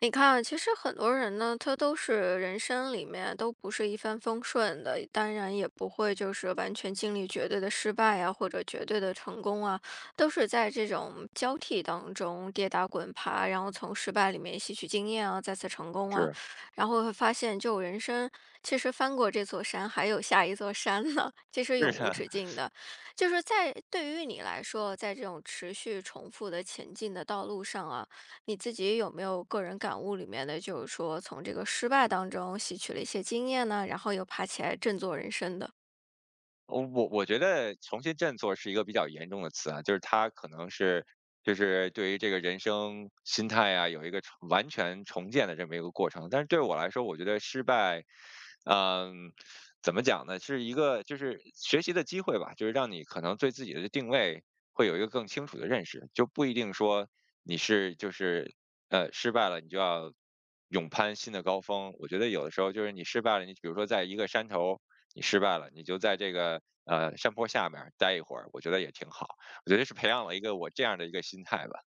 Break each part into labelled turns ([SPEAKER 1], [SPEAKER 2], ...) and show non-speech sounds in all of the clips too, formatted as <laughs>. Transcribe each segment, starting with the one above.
[SPEAKER 1] 你看，其实很多人呢，他都是人生里面都不是一帆风顺的，当然也不会就是完全经历绝对的失败啊，或者绝对的成功啊，都是在这种交替当中跌打滚爬，然后从失败里面吸取经验啊，再次成功啊，
[SPEAKER 2] 是
[SPEAKER 1] 然后会发现，就人生其实翻过这座山，还有下一座山呢，<laughs> 其实永
[SPEAKER 2] 是
[SPEAKER 1] 无
[SPEAKER 2] 啊，
[SPEAKER 1] 止境的。就是在对于你来说，在这种持续重复的前进的道路上啊。你自己有没有个人感悟里面的，就是说从这个失败当中吸取了一些经验呢？然后又爬起来振作人生的？
[SPEAKER 2] 我觉得“重新振作”是一个比较严重的词啊，就是他可能是对于这个人生心态啊，有一个完全重建的这么一个过程。但是对我来说，我觉得失败嗯，怎么讲呢？是一个就是学习的机会吧，就是让你可能对自己的定位会有一个更清楚的认识，就不一定说你是就是失败了，你就要勇攀新的高峰。我觉得有的时候就是你失败了，你比如说在一个山头你失败了，你就在这个山坡下面儿待一会儿，我觉得也挺好。我觉得是培养了一个我这样的一个心态吧。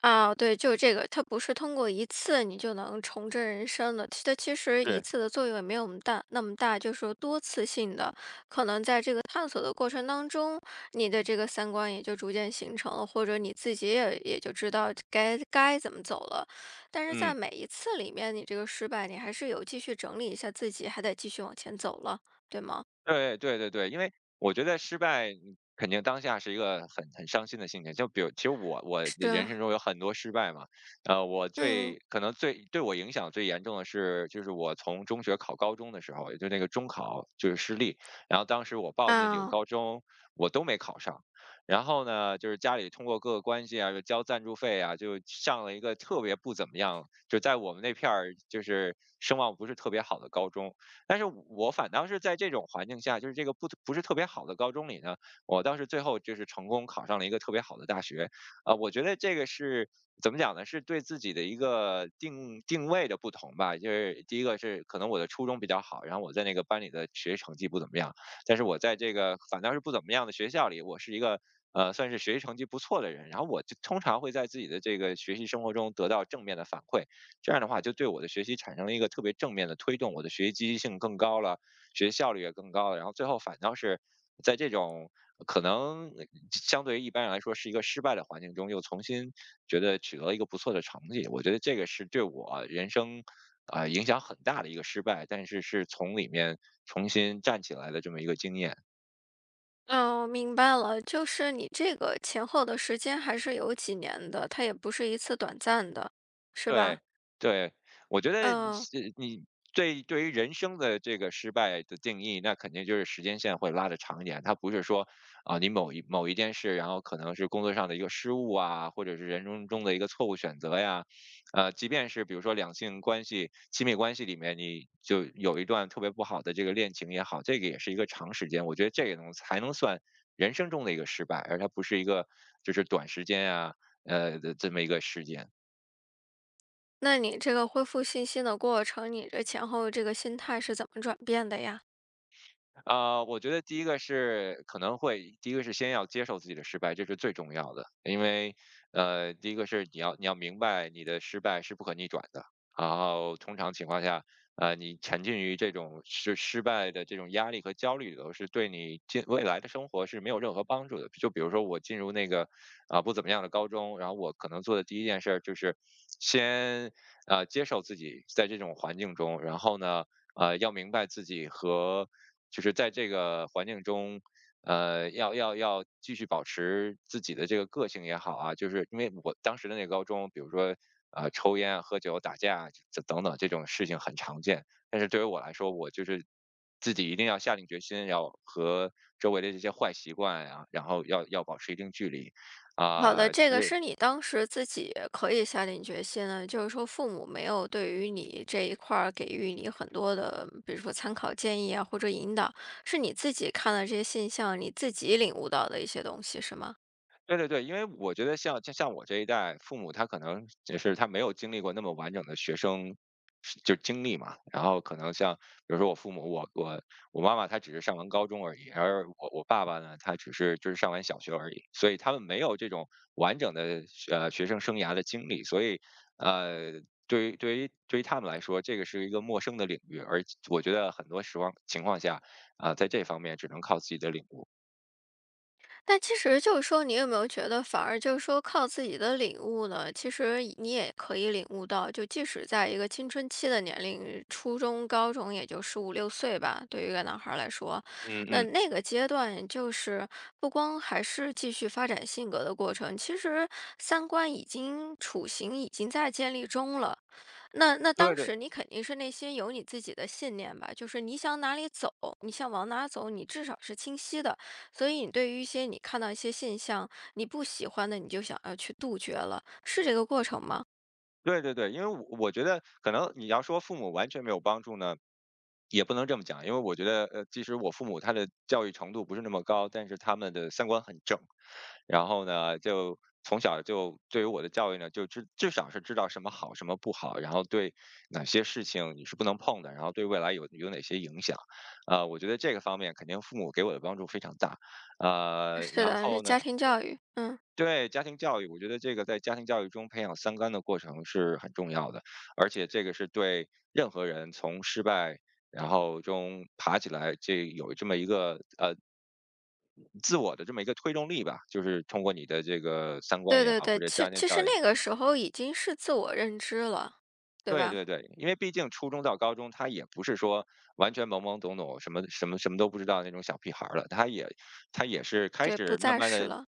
[SPEAKER 1] 啊，对，就是这个，它不是通过一次你就能重振人生的，它其实一
[SPEAKER 2] 是，
[SPEAKER 1] 次的作用也没有那么大，就是说多次性的，可能在这个探索的过程当中，你的这个三观也就逐渐形成了，或者你自己也就知道该怎么走了。但是
[SPEAKER 2] 嗯。
[SPEAKER 1] 在每一次里面，你这个失败，你还是有继续整理一下自己，还得继续往前走了，对吗？
[SPEAKER 2] 对对对对，因为我觉得失败肯定当下是一个很伤心的心情。就比如，其实我的人
[SPEAKER 1] 是，
[SPEAKER 2] 生中有很多失败嘛，我
[SPEAKER 1] 嗯。
[SPEAKER 2] 最可能最对我影响最严重的是，就是我从中学考高中的时候，也就那个中考就是失利，然后当时我报的那几个
[SPEAKER 1] 啊。
[SPEAKER 2] 高中我都没考上，然后呢，就是家里通过各个关系啊，就交赞助费啊，就上了一个特别不怎么样，就在我们那片儿就是声望不是特别好的高中。但是我反倒是在这种环境下，就是这个不是特别好的高中里呢，我倒是最后就是成功考上了一个特别好的大学，啊、我觉得这个是怎么讲呢？是对自己的一个定位的不同吧。就是第一个是可能我的初中比较好，然后我在那个班里的学习成绩不怎么样，但是我在这个反倒是不怎么样的学校里，我是一个。算是学习成绩不错的人，然后我就通常会在自己的这个学习生活中得到正面的反馈，这样的话就对我的学习产生了一个特别正面的推动，我的学习积极性更高了，学习效率也更高了，然后最后反倒是在这种可能相对于一般人来说是一个失败的环境中，又重新觉得取得了一个不错的成绩。我觉得这个是对我人生啊、影响很大的一个失败，但是是从里面重新站起来的这么一个经验。
[SPEAKER 1] 嗯，我明白了，就是你这个前后的时间还是有几年的，它也不是一次短暂的，是吧？
[SPEAKER 2] 对，对，我觉得你
[SPEAKER 1] 嗯，
[SPEAKER 2] 是你对对于人生的这个失败的定义，那肯定就是时间线会拉的长一点。它不是说啊，你某一件事，然后可能是工作上的一个失误啊，或者是人生中的一个错误选择呀，即便是比如说两性关系、亲密关系里面，你就有一段特别不好的这个恋情也好，这个也是一个长时间，我觉得这个能才能算人生中的一个失败，而它不是一个就是短时间啊，的这么一个时间。
[SPEAKER 1] 那你这个恢复信心的过程，你这前后这个心态是怎么转变的呀？
[SPEAKER 2] 啊，我觉得第一个是可能会，第一个是先要接受自己的失败，这是最重要的，因为第一个是你要明白你的失败是不可逆转的，然后通常情况下，你沉浸于这种失败的这种压力和焦虑里头，是对你进未来的生活是没有任何帮助的。就比如说我进入那个啊、不怎么样的高中，然后我可能做的第一件事儿就是先接受自己在这种环境中，然后呢。要明白自己和就是在这个环境中，要继续保持自己的这个个性也好啊，就是因为我当时的那个高中，比如说抽烟啊喝酒、打架啊这等等这种事情很常见，但是对于我来说，我就是自己一定要下定决心，要和周围的这些坏习惯啊，然后要保持一定距离
[SPEAKER 1] 好的，
[SPEAKER 2] 啊、
[SPEAKER 1] 这个是你当时自己可以下定决心的，就是说父母没有对于你这一块儿给予你很多的，比如说参考建议啊，或者引导，是你自己看了这些现象，你自己领悟到的一些东西，是吗？
[SPEAKER 2] 对对对，因为我觉得像我这一代父母，他可能也是他没有经历过那么完整的学生是就经历嘛。然后可能像比如说我父母，我妈妈她只是上完高中而已，而我爸爸呢，他只是就是上完小学而已，所以他们没有这种完整的学生生涯的经历，所以呃。对于对于对于他们来说，这个是一个陌生的领域，而我觉得很多时光情况下，啊、在这方面只能靠自己的领悟。
[SPEAKER 1] 但其实就是说，你有没有觉得，反而就是说靠自己的领悟呢？其实你也可以领悟到，就即使在一个青春期的年龄，初中、高中，也就十五六岁吧，对于一个男孩儿来说，
[SPEAKER 2] 嗯
[SPEAKER 1] 那
[SPEAKER 2] 嗯，
[SPEAKER 1] 那个阶段就是不光还是继续发展性格的过程，其实三观已经雏形已经在建立中了。那
[SPEAKER 2] 对
[SPEAKER 1] 当
[SPEAKER 2] 对
[SPEAKER 1] 时你肯定是内心有你自己的信念吧，就是你想哪里走，你想往哪走，你至少是清晰的。所以你对于一些你看到一些现象，你不喜欢的，你就想要去杜绝了，是这个过程吗？
[SPEAKER 2] 对对对，因为我觉得可能你要说父母完全没有帮助呢，也不能这么讲，因为我觉得即使我父母他的教育程度不是那么高，但是他们的三观很正，然后呢，就从小就对于我的教育呢，就至少是知道什么好什么不好，然后对哪些事情你是不能碰的，然后对未来有哪些影响，我觉得这个方面肯定父母给我的帮助非常大，
[SPEAKER 1] 是
[SPEAKER 2] 然
[SPEAKER 1] 的，是
[SPEAKER 2] 后呢。
[SPEAKER 1] 家庭教育，嗯，
[SPEAKER 2] 对，家庭教育，我觉得这个在家庭教育中培养三观的过程是很重要的，而且这个是对任何人从失败然后中爬起来，这有这么一个自我的这么一个推动力吧，就是通过你的这个三观
[SPEAKER 1] 对
[SPEAKER 2] 也
[SPEAKER 1] 对
[SPEAKER 2] 好，或
[SPEAKER 1] 对，
[SPEAKER 2] 者
[SPEAKER 1] 其
[SPEAKER 2] 家庭
[SPEAKER 1] 其实
[SPEAKER 2] 教育。
[SPEAKER 1] 那个时候已经是自我认知了，对
[SPEAKER 2] 对对
[SPEAKER 1] 吧？
[SPEAKER 2] 对，因为毕竟初中到高中，他也不是说完全懵懵懂懂，什么都不知道那种小屁孩儿了，他也是开
[SPEAKER 1] 对，不
[SPEAKER 2] 始慢
[SPEAKER 1] 再
[SPEAKER 2] 慢
[SPEAKER 1] 是
[SPEAKER 2] 的
[SPEAKER 1] 了，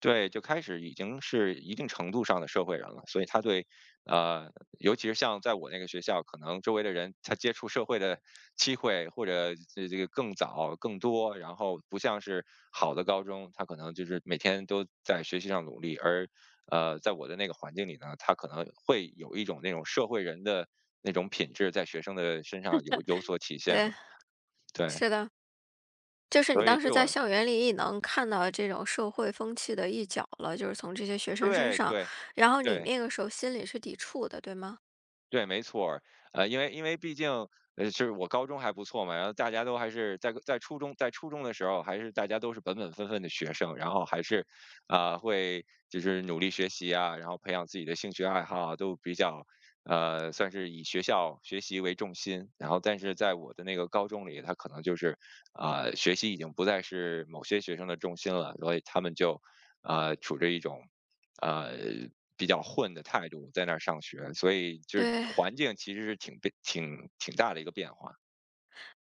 [SPEAKER 2] 对，就开始已经是一定程度上的社会人了，所以他对，呃，尤其是像在我那个学校，可能周围的人他接触社会的机会或者这个更早更多，然后不像是好的高中，他可能就是每天都在学习上努力，而在我的那个环境里呢，他可能会有一种那种社会人的那种品质在学生的身上有所体现了，
[SPEAKER 1] 对，
[SPEAKER 2] 对，
[SPEAKER 1] 是的，就是你
[SPEAKER 2] 所以
[SPEAKER 1] 当
[SPEAKER 2] 对
[SPEAKER 1] 时在
[SPEAKER 2] 我
[SPEAKER 1] 校园里也能看到这种社会风气的一角了，就是从这些学生身
[SPEAKER 2] 对
[SPEAKER 1] 上，
[SPEAKER 2] 对
[SPEAKER 1] 然后你
[SPEAKER 2] 对。
[SPEAKER 1] 那个时候心里是抵触的，对吗？
[SPEAKER 2] 对，没错儿。因为毕竟，就是我高中还不错嘛，然后大家都还是在初中的时候，还是大家都是本本分分的学生，然后还是，啊、会就是努力学习啊，然后培养自己的兴趣爱好啊，都比较，算是以学校学习为重心。然后，但是在我的那个高中里，他可能就是，啊、学习已经不再是某些学生的重心了，所以他们就，处着一种呃，比较混的态度在那儿上学，所以就是
[SPEAKER 1] 对。
[SPEAKER 2] 环境其实是挺变挺挺大的一个变化。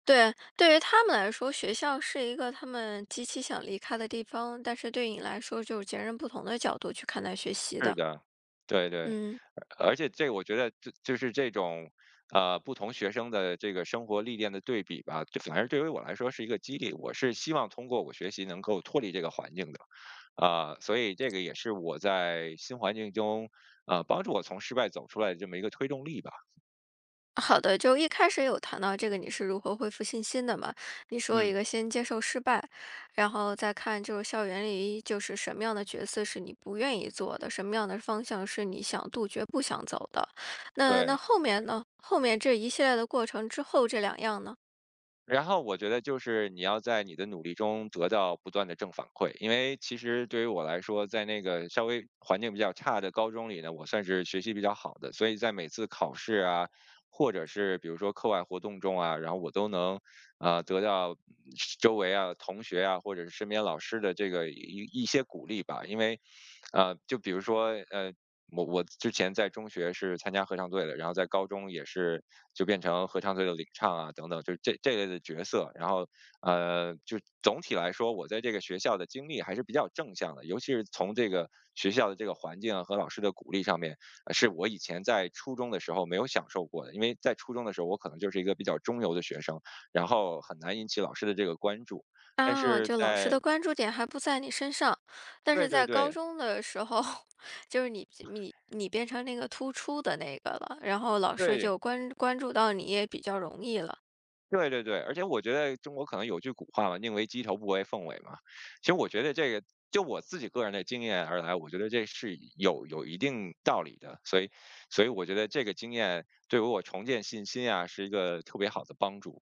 [SPEAKER 1] 对，对于他们来说，学校是一个他们极其想离开的地方，但是对你来说，就是截然不同的角度去看待学习
[SPEAKER 2] 是
[SPEAKER 1] 的。
[SPEAKER 2] 的，对对，
[SPEAKER 1] 嗯，
[SPEAKER 2] 而且这我觉得就是这种，不同学生的这个生活历练的对比吧，这反而对于我来说是一个激励。我是希望通过我学习能够脱离这个环境的，啊、所以这个也是我在新环境中，帮助我从失败走出来的这么一个推动力吧。
[SPEAKER 1] 好的，就一开始有谈到这个你是如何恢复信心的嘛？你说
[SPEAKER 2] 嗯，
[SPEAKER 1] 一个先接受失败，然后再看就是校园里就是什么样的角色是你不愿意做的，什么样的方向是你想杜绝不想走的。那那
[SPEAKER 2] 对。
[SPEAKER 1] 后面呢？后面这一系列的过程之后，这两样呢？
[SPEAKER 2] 然后我觉得就是你要在你的努力中得到不断的正反馈，因为其实对于我来说，在那个稍微环境比较差的高中里呢，我算是学习比较好的，所以在每次考试啊，或者是比如说课外活动中啊，然后我都能得到周围啊同学啊或者是身边老师的这个一些鼓励吧，因为就比如说我之前在中学是参加合唱队的，然后在高中也是就变成合唱队的领唱啊等等，就是这类的角色。然后就总体来说，我在这个学校的经历还是比较正向的，尤其是从这个学校的这个环境啊和老师的鼓励上面，是我以前在初中的时候没有享受过的。因为在初中的时候，我可能就是一个比较中游的学生，然后很难引起老师的这个关注。但
[SPEAKER 1] 啊，
[SPEAKER 2] 是
[SPEAKER 1] 就老师
[SPEAKER 2] 在
[SPEAKER 1] 的关注点还不在你身上，但
[SPEAKER 2] 对
[SPEAKER 1] 是
[SPEAKER 2] 对
[SPEAKER 1] 在高
[SPEAKER 2] 对
[SPEAKER 1] 中的时候，<laughs> 就是你变成那个突出的那个了，然后老师
[SPEAKER 2] 对，
[SPEAKER 1] 就关注到你也比较容易了。
[SPEAKER 2] 对对对，而且我觉得中国可能有句古话嘛，“宁为鸡头，不为凤尾”嘛。其实我觉得这个，就我自己个人的经验而来，我觉得这是有一定道理的。所以，所以我觉得这个经验对于我重建信心啊，是一个特别好的帮助。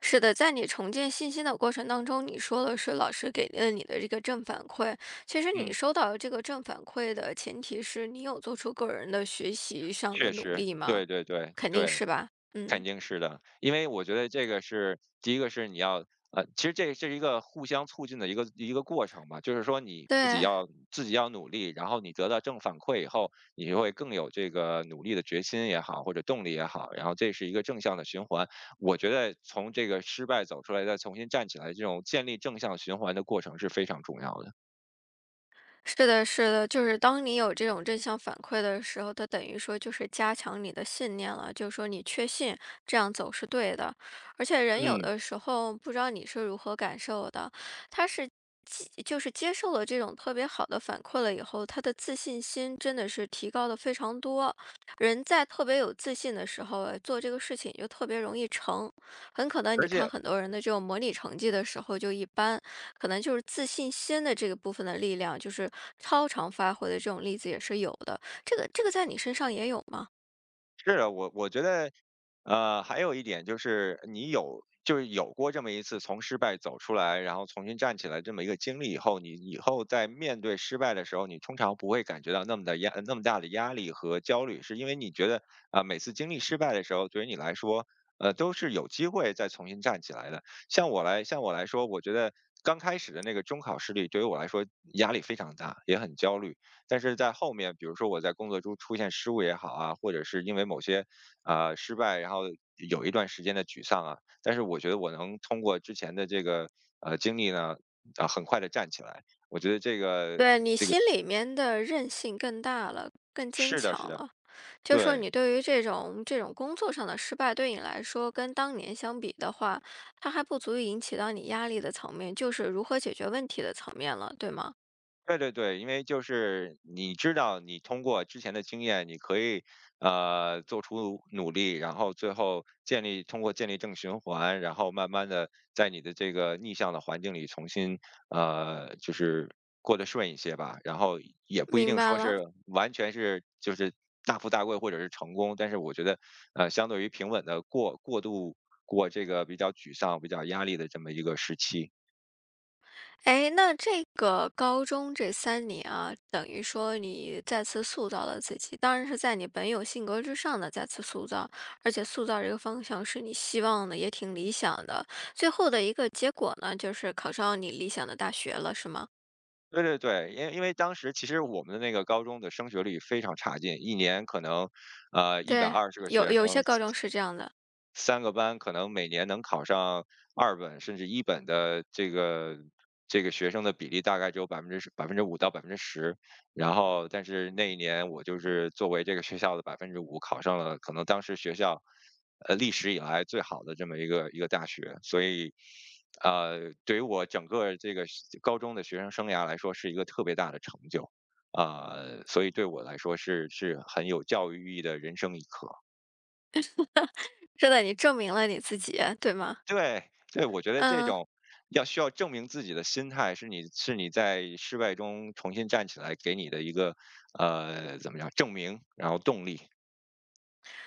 [SPEAKER 1] 是的，在你重建信心的过程当中，你说的是老师给了你的这个正反馈，其实你
[SPEAKER 2] 嗯，
[SPEAKER 1] 收到这个正反馈的前提是你有做出个人的学习上的
[SPEAKER 2] 确
[SPEAKER 1] 努
[SPEAKER 2] 实，
[SPEAKER 1] 力吗？
[SPEAKER 2] 对对对
[SPEAKER 1] 肯定
[SPEAKER 2] 对。
[SPEAKER 1] 是吧？
[SPEAKER 2] 肯
[SPEAKER 1] 嗯，
[SPEAKER 2] 定是的，因为我觉得这个是第一个是你要其实这是一个互相促进的一个过程吧，就是说你自己
[SPEAKER 1] 对。
[SPEAKER 2] 要自己要努力，然后你得到正反馈以后，你就会更有这个努力的决心也好，或者动力也好，然后这是一个正向的循环。我觉得从这个失败走出来，再重新站起来，这种建立正向循环的过程是非常重要的。
[SPEAKER 1] 是的，是的，就是当你有这种正向反馈的时候，它等于说就是加强你的信念了，就是说你确信这样走是对的。而且人有
[SPEAKER 2] 嗯，
[SPEAKER 1] 的时候不知道你是如何感受的，他是接就是接受了这种特别好的反馈了以后，他的自信心真的是提高的非常多。人在特别有自信的时候，哎做这个事情就特别容易成。很可能
[SPEAKER 2] 而
[SPEAKER 1] 你看
[SPEAKER 2] 且
[SPEAKER 1] 很多人的这种模拟成绩的时候就一般，可能就是自信心的这个部分的力量，就是超常发挥的这种例子也是有的。这个在你身上也有吗？
[SPEAKER 2] 是的，我觉得，还有一点就是你有就是有过这么一次从失败走出来，然后重新站起来这么一个经历以后，你以后在面对失败的时候，你通常不会感觉到那么的压那么大的压力和焦虑，是因为你觉得啊、每次经历失败的时候，对于你来说，都是有机会再重新站起来的。像我来说，我觉得刚开始的那个中考失利对于我来说压力非常大，也很焦虑。但是在后面，比如说我在工作中出现失误也好啊，或者是因为某些失败，然后有一段时间的沮丧啊，但是我觉得我能通过之前的这个经历呢，啊、很快的站起来。我觉得这个
[SPEAKER 1] 对你心里面的韧性更大了，更坚
[SPEAKER 2] 是的，
[SPEAKER 1] 强
[SPEAKER 2] 是的，
[SPEAKER 1] 了。就说
[SPEAKER 2] 对，
[SPEAKER 1] 你对于这种工作上的失败，对你来说跟当年相比的话，它还不足以引起到你压力的层面，就是如何解决问题的层面了，对吗？
[SPEAKER 2] 对对对，因为就是你知道，你通过之前的经验，你可以做出努力，然后最后通过建立正循环，然后慢慢的在你的这个逆向的环境里重新就是过得顺一些吧。然后也不一
[SPEAKER 1] 明
[SPEAKER 2] 定
[SPEAKER 1] 白
[SPEAKER 2] 说
[SPEAKER 1] 了。
[SPEAKER 2] 是完全是就是大富大贵或者是成功，但是我觉得相对于平稳的过渡过这个比较沮丧、比较压力的这么一个时期，
[SPEAKER 1] 哎，那这个高中这三年啊，等于说你再次塑造了自己，当然是在你本有性格之上的再次塑造，而且塑造这个方向是你希望的，也挺理想的。最后的一个结果呢，就是考上你理想的大学了，是吗？
[SPEAKER 2] 对对对，因为当时其实我们的那个高中的升学率非常差劲，一年可能，一百
[SPEAKER 1] 对，
[SPEAKER 2] 二十个
[SPEAKER 1] 有
[SPEAKER 2] 学
[SPEAKER 1] 有
[SPEAKER 2] 生
[SPEAKER 1] 些高中是这样的。
[SPEAKER 2] 三个班可能每年能考上二本甚至一本的这个这个学生的比例大概只有百分之五到10%，然后但是那一年我就是作为这个学校的百分之五考上了可能当时学校，历史以来最好的这么一个大学。所以，对于我整个这个学高中的学生生涯来说是一个特别大的成就，啊，所以对我来说是是很有教育意义的人生一课。
[SPEAKER 1] 真的，你证明了你自己，对吗？
[SPEAKER 2] 对，对，我觉得这
[SPEAKER 1] 嗯。
[SPEAKER 2] 种需要证明自己的心态，是你在失败中重新站起来给你的一个，怎么样证明，然后动力。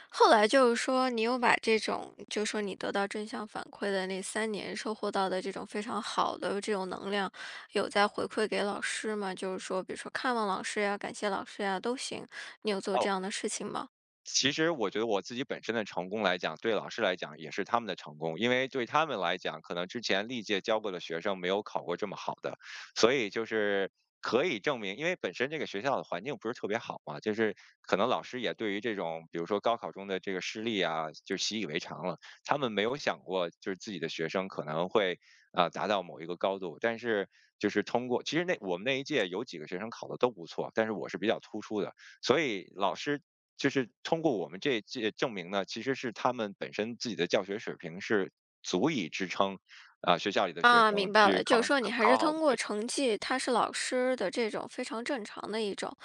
[SPEAKER 1] 后来就是说，你有把这种就是说你得到正向反馈的那三年收获到的这种非常好的这种能量，有在回馈给老师吗？就是说，比如说看望老师呀，感谢老师呀，都行，你有做这样的事情吗？
[SPEAKER 2] 其实我觉得我自己本身的成功来讲，对老师来讲也是他们的成功，因为对他们来讲，可能之前历届教过的学生没有考过这么好的，所以就是可以证明，因为本身这个学校的环境不是特别好嘛，就是可能老师也对于这种比如说高考中的这个失利啊，就习以为常了，他们没有想过就是自己的学生可能会啊、达到某一个高度，但是就是通过，其实那我们那一届有几个学生考的都不错，但是我是比较突出的，所以老师就是通过我们这这证明呢，其实是他们本身自己的教学水平是足以支撑，啊、学校里的学
[SPEAKER 1] 啊，
[SPEAKER 2] 生
[SPEAKER 1] 明白
[SPEAKER 2] 去
[SPEAKER 1] 了，就
[SPEAKER 2] 考
[SPEAKER 1] 是说你还
[SPEAKER 2] 考
[SPEAKER 1] 是
[SPEAKER 2] 好的
[SPEAKER 1] 通
[SPEAKER 2] 学
[SPEAKER 1] 过
[SPEAKER 2] 校。
[SPEAKER 1] 成绩，他是老师的这种非常正常的一种。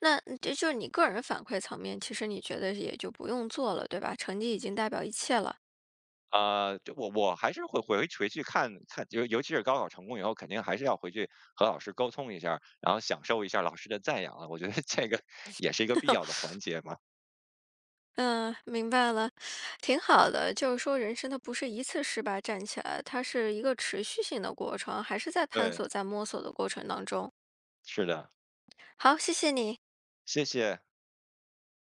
[SPEAKER 1] 那这就是你个人反馈层面，其实你觉得也就不用做了，对吧？成绩已经代表一切了。
[SPEAKER 2] 啊、就我还是会回去看看，尤其是高考成功以后，肯定还是要回去和老师沟通一下儿然后享受一下老师的赞扬啊。我觉得这个 <laughs> 也是一个必要的环节嘛。
[SPEAKER 1] 嗯，明白了，挺好的。就是说，人生它不是一次失败站起来，它是一个持续性的过程，还是在探
[SPEAKER 2] 对，
[SPEAKER 1] 索、在摸索的过程当中。
[SPEAKER 2] 是的，
[SPEAKER 1] 好，谢谢你。
[SPEAKER 2] 谢谢。